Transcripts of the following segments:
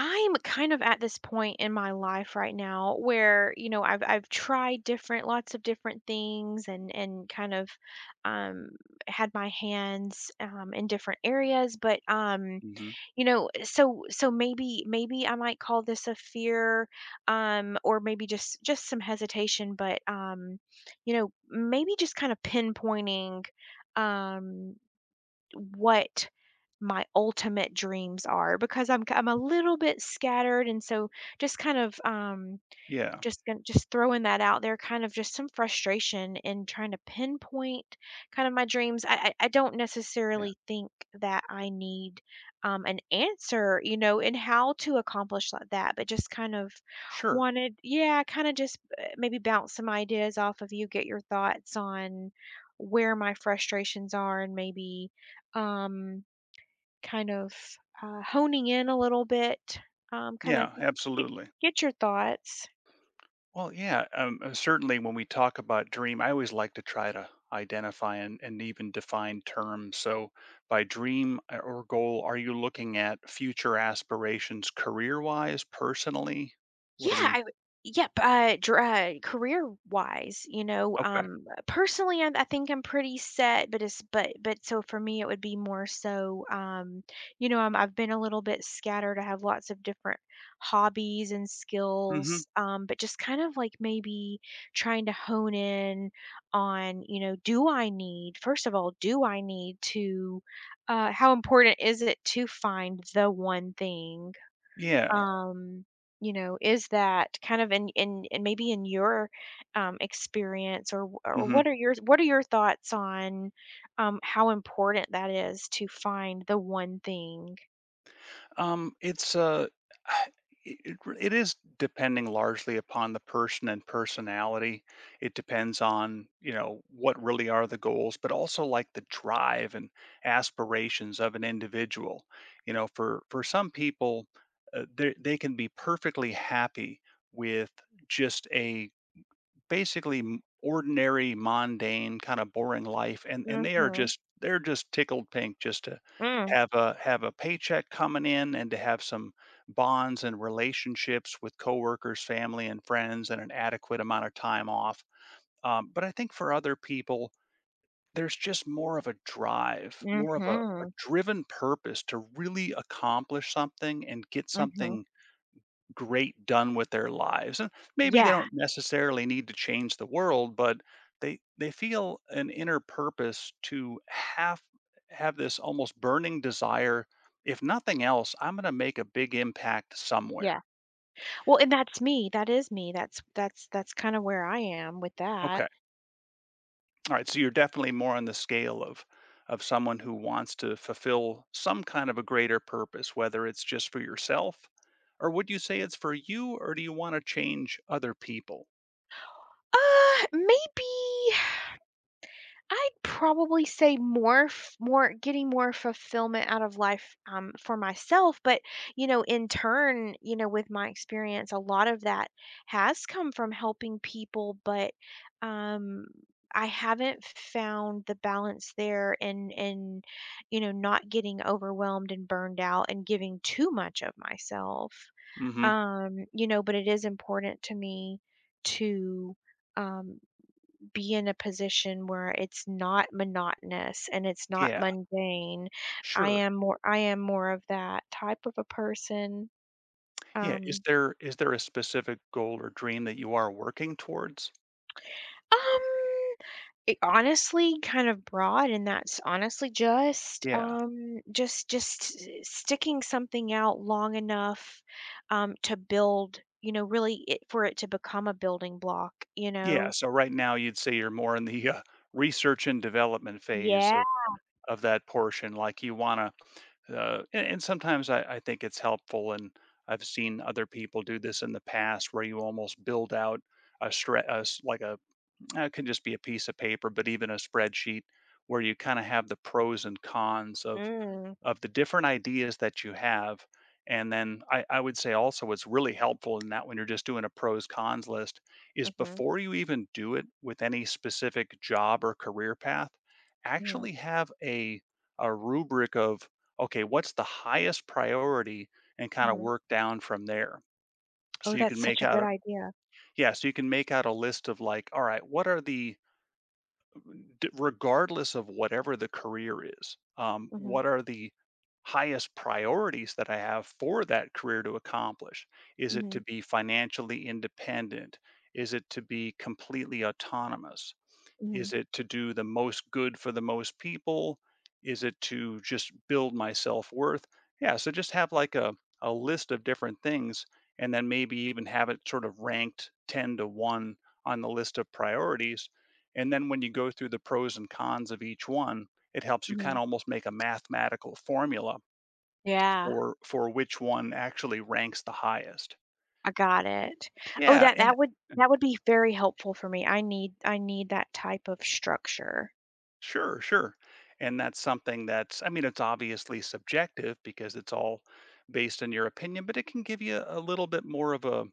I'm kind of at this point in my life right now where, you know, I've tried different lots of different things and kind of um had my hands in different areas, but Mhm. you know, so maybe I might call this a fear, or maybe just some hesitation, but you know, maybe just kind of pinpointing um what my ultimate dreams are, because I'm a little bit scattered. And so just kind of, Yeah, just throwing that out there, kind of just some frustration in trying to pinpoint kind of my dreams. I don't yeah. necessarily think that I need, an answer, you know, in how to accomplish like that, but just kind of Sure. wanted, yeah, kinda just, maybe bounce some ideas off of you, get your thoughts on where my frustrations are, and maybe, um, kind of, honing in a little bit, kinda Yeah, get absolutely. get your thoughts. Well, yeah, certainly when we talk about dream, I always like to try to identify and even define terms. So, by dream or goal, are you looking at future aspirations career wise, personally? Yeah, What are we? I would yep, dr career-wise, you know, Okay. Personally, I think I'm pretty set, but it's but so for me, it would be more so, you know, I've been a little bit scattered. I have lots of different hobbies and Hmm. skills, but just kind of like maybe trying to hone in on, you know, do I need, first of all, do I need to, how important is it to find the one thing? Yeah. um, you know, is that kind of in and maybe in your, experience, or Hmm. what are your, what are your thoughts on, how important that is to find the one thing? It's it, it is depending largely upon the person and personality. It depends on you know what really are the goals, but also like the drive and aspirations of an individual. You know, for some people, they can be perfectly happy with just a basically ordinary, mundane, kind of boring life, and and they are Mm-hmm. just they're just tickled pink just to Mm, have a paycheck coming in and to have some bonds and relationships with coworkers, family, and friends, and an adequate amount of time off. But I think for other people, there's just more of a drive, a mm-hmm. driven purpose to really accomplish something and get Mm-hmm. something great done with their lives. And maybe they Yeah. don't necessarily need to change the world, but they feel an inner purpose to have this almost burning desire. If nothing else, I'm going to make a big impact somewhere. Yeah. Well, and that's me. That is me. That's kind of where I am with that. Okay. All right. So you're definitely more on the scale of someone who wants to fulfill some kind of a greater purpose, whether it's just for yourself, or would you say it's for you, or do you want to change other people? Maybe. I'd probably say more, f more getting more fulfillment out of life, for myself, but, you know, in turn, you know, with my experience, a lot of that has come from helping people, but, um, I haven't found the balance there, and you know, not getting overwhelmed and burned out and giving too much of myself. Hmm. You know, but it is important to me to, um be in a position where it's not monotonous and it's not Yeah, mundane. I sure. am more I am more of that type of a person. Yeah, Um is there a specific goal or dream that you are working towards? um it honestly kind of broad, and that's honestly just Yeah. um just just s- sticking something out long enough, to build, you know, really it, for it to become a building block, you Yeah, know. so right now you'd say you're more in the, research and development phase Yeah. of that portion, like you wanna, and sometimes I think it's helpful, and I've seen other people do this in the past where you almost build out a stre a s like a it can just be a piece of paper, but even a spreadsheet where you kinda have the pros and cons of Mm. The different ideas that you have. And I would say also what's really helpful in that when you're just doing a pros cons list is Mhm. before you even do it with any specific job or career path, Mhm. actually have a rubric of okay, what's the highest priority and kind of Mhm. work down from there. Oh, So you that's can such make a out good a idea. Yeah, so you can make out a list of like, all right, what are the regardless of whatever the career is, Mhm. what are the highest priorities that I have for that career to accomplish? Is it Mhm. to be financially independent? Is it to be completely autonomous? Mhm. Is it to do the most good for the most people? Is it to just build my self-worth? Yeah, so just have like a list of different things and then maybe even have it sort of ranked 10 to 1 on the list of priorities. And then when you go through the pros and cons of each one, it helps you kind Mhm. of almost make a mathematical formula Yeah, for which one actually ranks the highest. I got it. Oh, Yeah, that and that would, that would be very helpful for me. I need that type of structure. sure, sure. And that's something that's, I mean, it's obviously subjective because it's all based on your opinion, but it can give you a little bit more of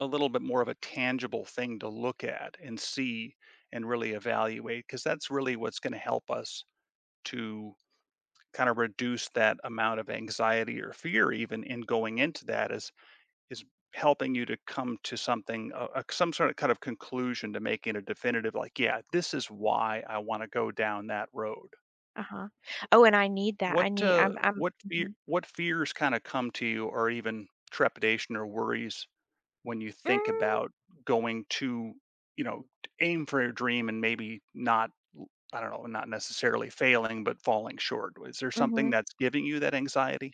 a little bit more of a tangible thing to look at and see and really evaluate because that's really what's going to help us to kind of reduce that amount of anxiety or fear even in going into that is helping you to come to something some sort of kind of conclusion to making a definitive like yeah this is why I want to go down that road. Uh-huh. Oh, and I need that. I need I'm What fear Mhm. what fears kinda come to you or even trepidation or worries when you think Mm, about going to, you know, aim for your dream and maybe not I don't know, not necessarily failing, but falling short? Is there something mhm. that's giving you that anxiety?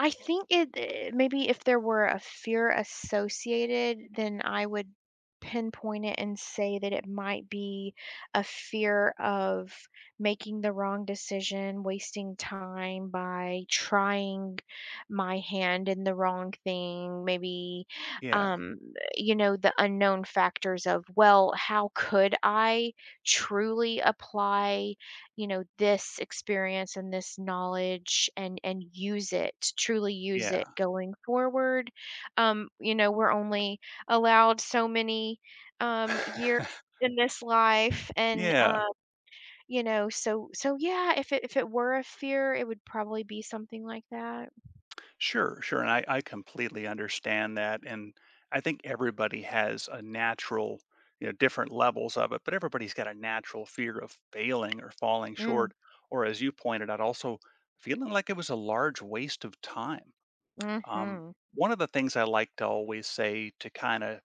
I think it, maybe if there were a fear associated, then I would pinpoint it and say that it might be a fear of making the wrong decision, wasting time by trying my hand in the wrong thing, maybe, Yeah, um you know, the unknown factors of, well, how could I truly apply, you know, this experience and this knowledge, and use it, truly use yeah. it going forward. You know, we're only allowed so many, years in this life, and Yeah. you know, so yeah, if it were a fear, it would probably be something like that. Sure, sure. And I completely understand that. And I think everybody has a natural, you know, different levels of it, but everybody's got a natural fear of failing or falling Mm. short. Or as you pointed out, also feeling like it was a large waste of time. Um, Mhm. one of the things I like to always say to kind of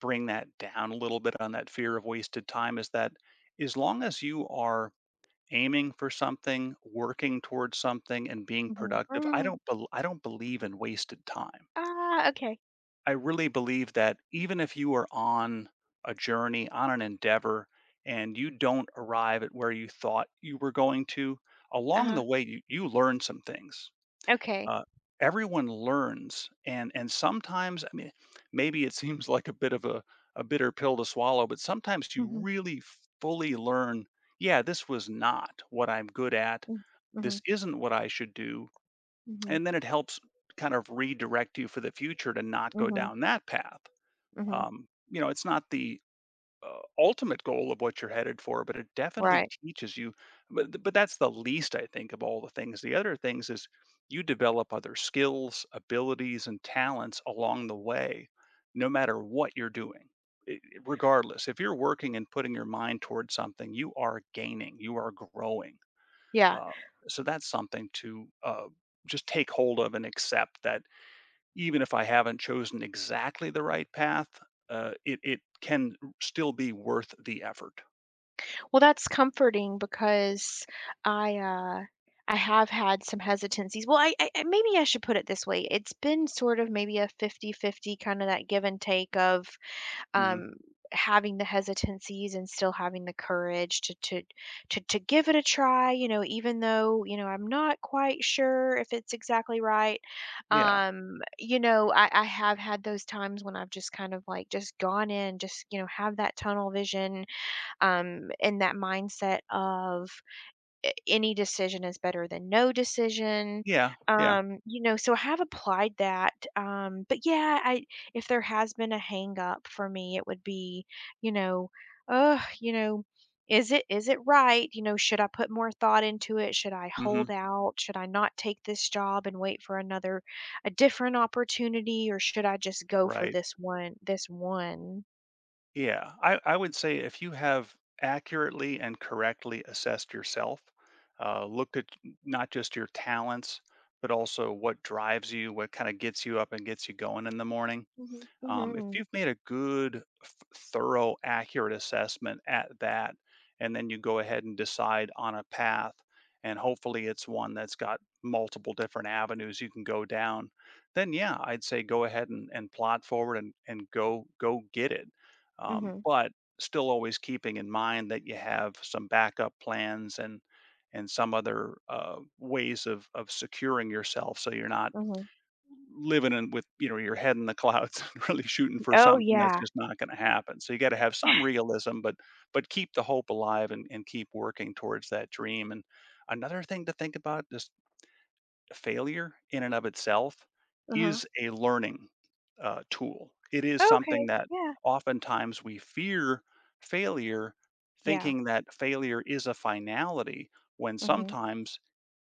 bring that down a little bit on that fear of wasted time is that as long as you are aiming for something, working towards something, and being Mhm. productive. Mm. I don't believe in wasted time. Ah, okay. I really believe that even if you are on a journey, on an endeavor, and you don't arrive at where you thought you were going to, along Uh-huh. the way you learn some things Okay. uh, everyone learns and sometimes I mean maybe it seems like a bit of a bitter pill to swallow but sometimes you Mhm. really fully learn yeah this was not what I'm good at, Mm. this Mhm. isn't what I should do, Mhm. and then it helps kind of redirect you for the future to not go Mhm. down that path. Mhm. Um, you know it's not the ultimate goal of what you're headed for, but it definitely Right. teaches you. But that's the least I think of all the things. The other things is you develop other skills, abilities, and talents along the way, no matter what you're doing. I- i- Regardless, if you're working and putting your mind towards something, you are gaining, you are growing. Yeah. Uh, so that's something to just take hold of and accept that even if I haven't chosen exactly the right path, it can still be worth the effort. Well, that's comforting because I uh I have had some hesitancies. Well, maybe I should put it this way. It's been sort of maybe a 50-50 kind of that give and take of, Mhm. um having the hesitancies and still having the courage to give it a try, you know, even though, you know, I'm not quite sure if it's exactly right. Yeah. You know, I have had those times when I've just kind of like just gone in, just, you know, have that tunnel vision, in that mindset of any decision is better than no decision. Yeah. Yeah. You know, so I have applied that. But yeah, I, if there has been a hang up for me, it would be, you know, oh, you know, is it right? You know, should I put more thought into it? Should I hold Mhm. out? Should I not take this job and wait for another, a different opportunity, or should I just go for Right. this one? Yeah. I would say if you have accurately and correctly assessed yourself, looked at not just your talents, but also what drives you, what kind of gets you up and gets you going in the morning. Mhm. If Mhm. you've made a good, thorough, accurate assessment at that, and then you go ahead and decide on a path, and hopefully it's one that's got multiple different avenues you can go down, then yeah, I'd say go ahead and plot forward and go get it. Mhm. But still always keeping in mind that you have some backup plans and some other ways of securing yourself so you're not Mhm. living in with, you know, your head in the clouds and really shooting for Oh, something that's yeah. just not gonna happen. So you gotta have some realism, but keep the hope alive and keep working towards that dream. And another thing to think about, just failure in and of itself Uh-huh. is a learning tool. It is something Okay, that yeah. oftentimes we fear failure, Yeah, thinking that failure is a finality when mhm. sometimes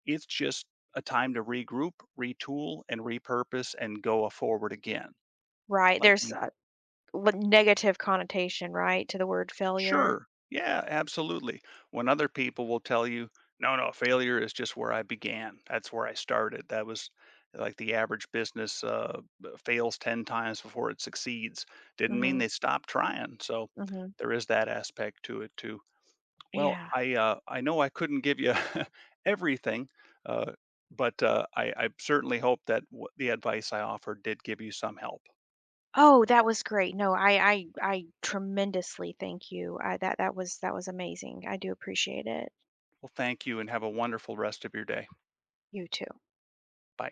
it's just a time to regroup, retool, and repurpose and go forward again. Right, Like there's the a, what negative connotation, right, to the word failure? Sure, yeah, absolutely. When other people will tell you, no, no, failure is just where I began. That's where I started. That was like the average business fails 10 times before it succeeds. Didn't mean Mhm, they stopped trying. So mhm. there is that aspect to it too. Well, Yeah. I know I couldn't give you everything, uh, I certainly hope that the advice I offered did give you some help. Oh, that was great. No, I tremendously thank you. I, that was, that was amazing. I do appreciate it. Well, thank you and have a wonderful rest of your day. You too. Bye.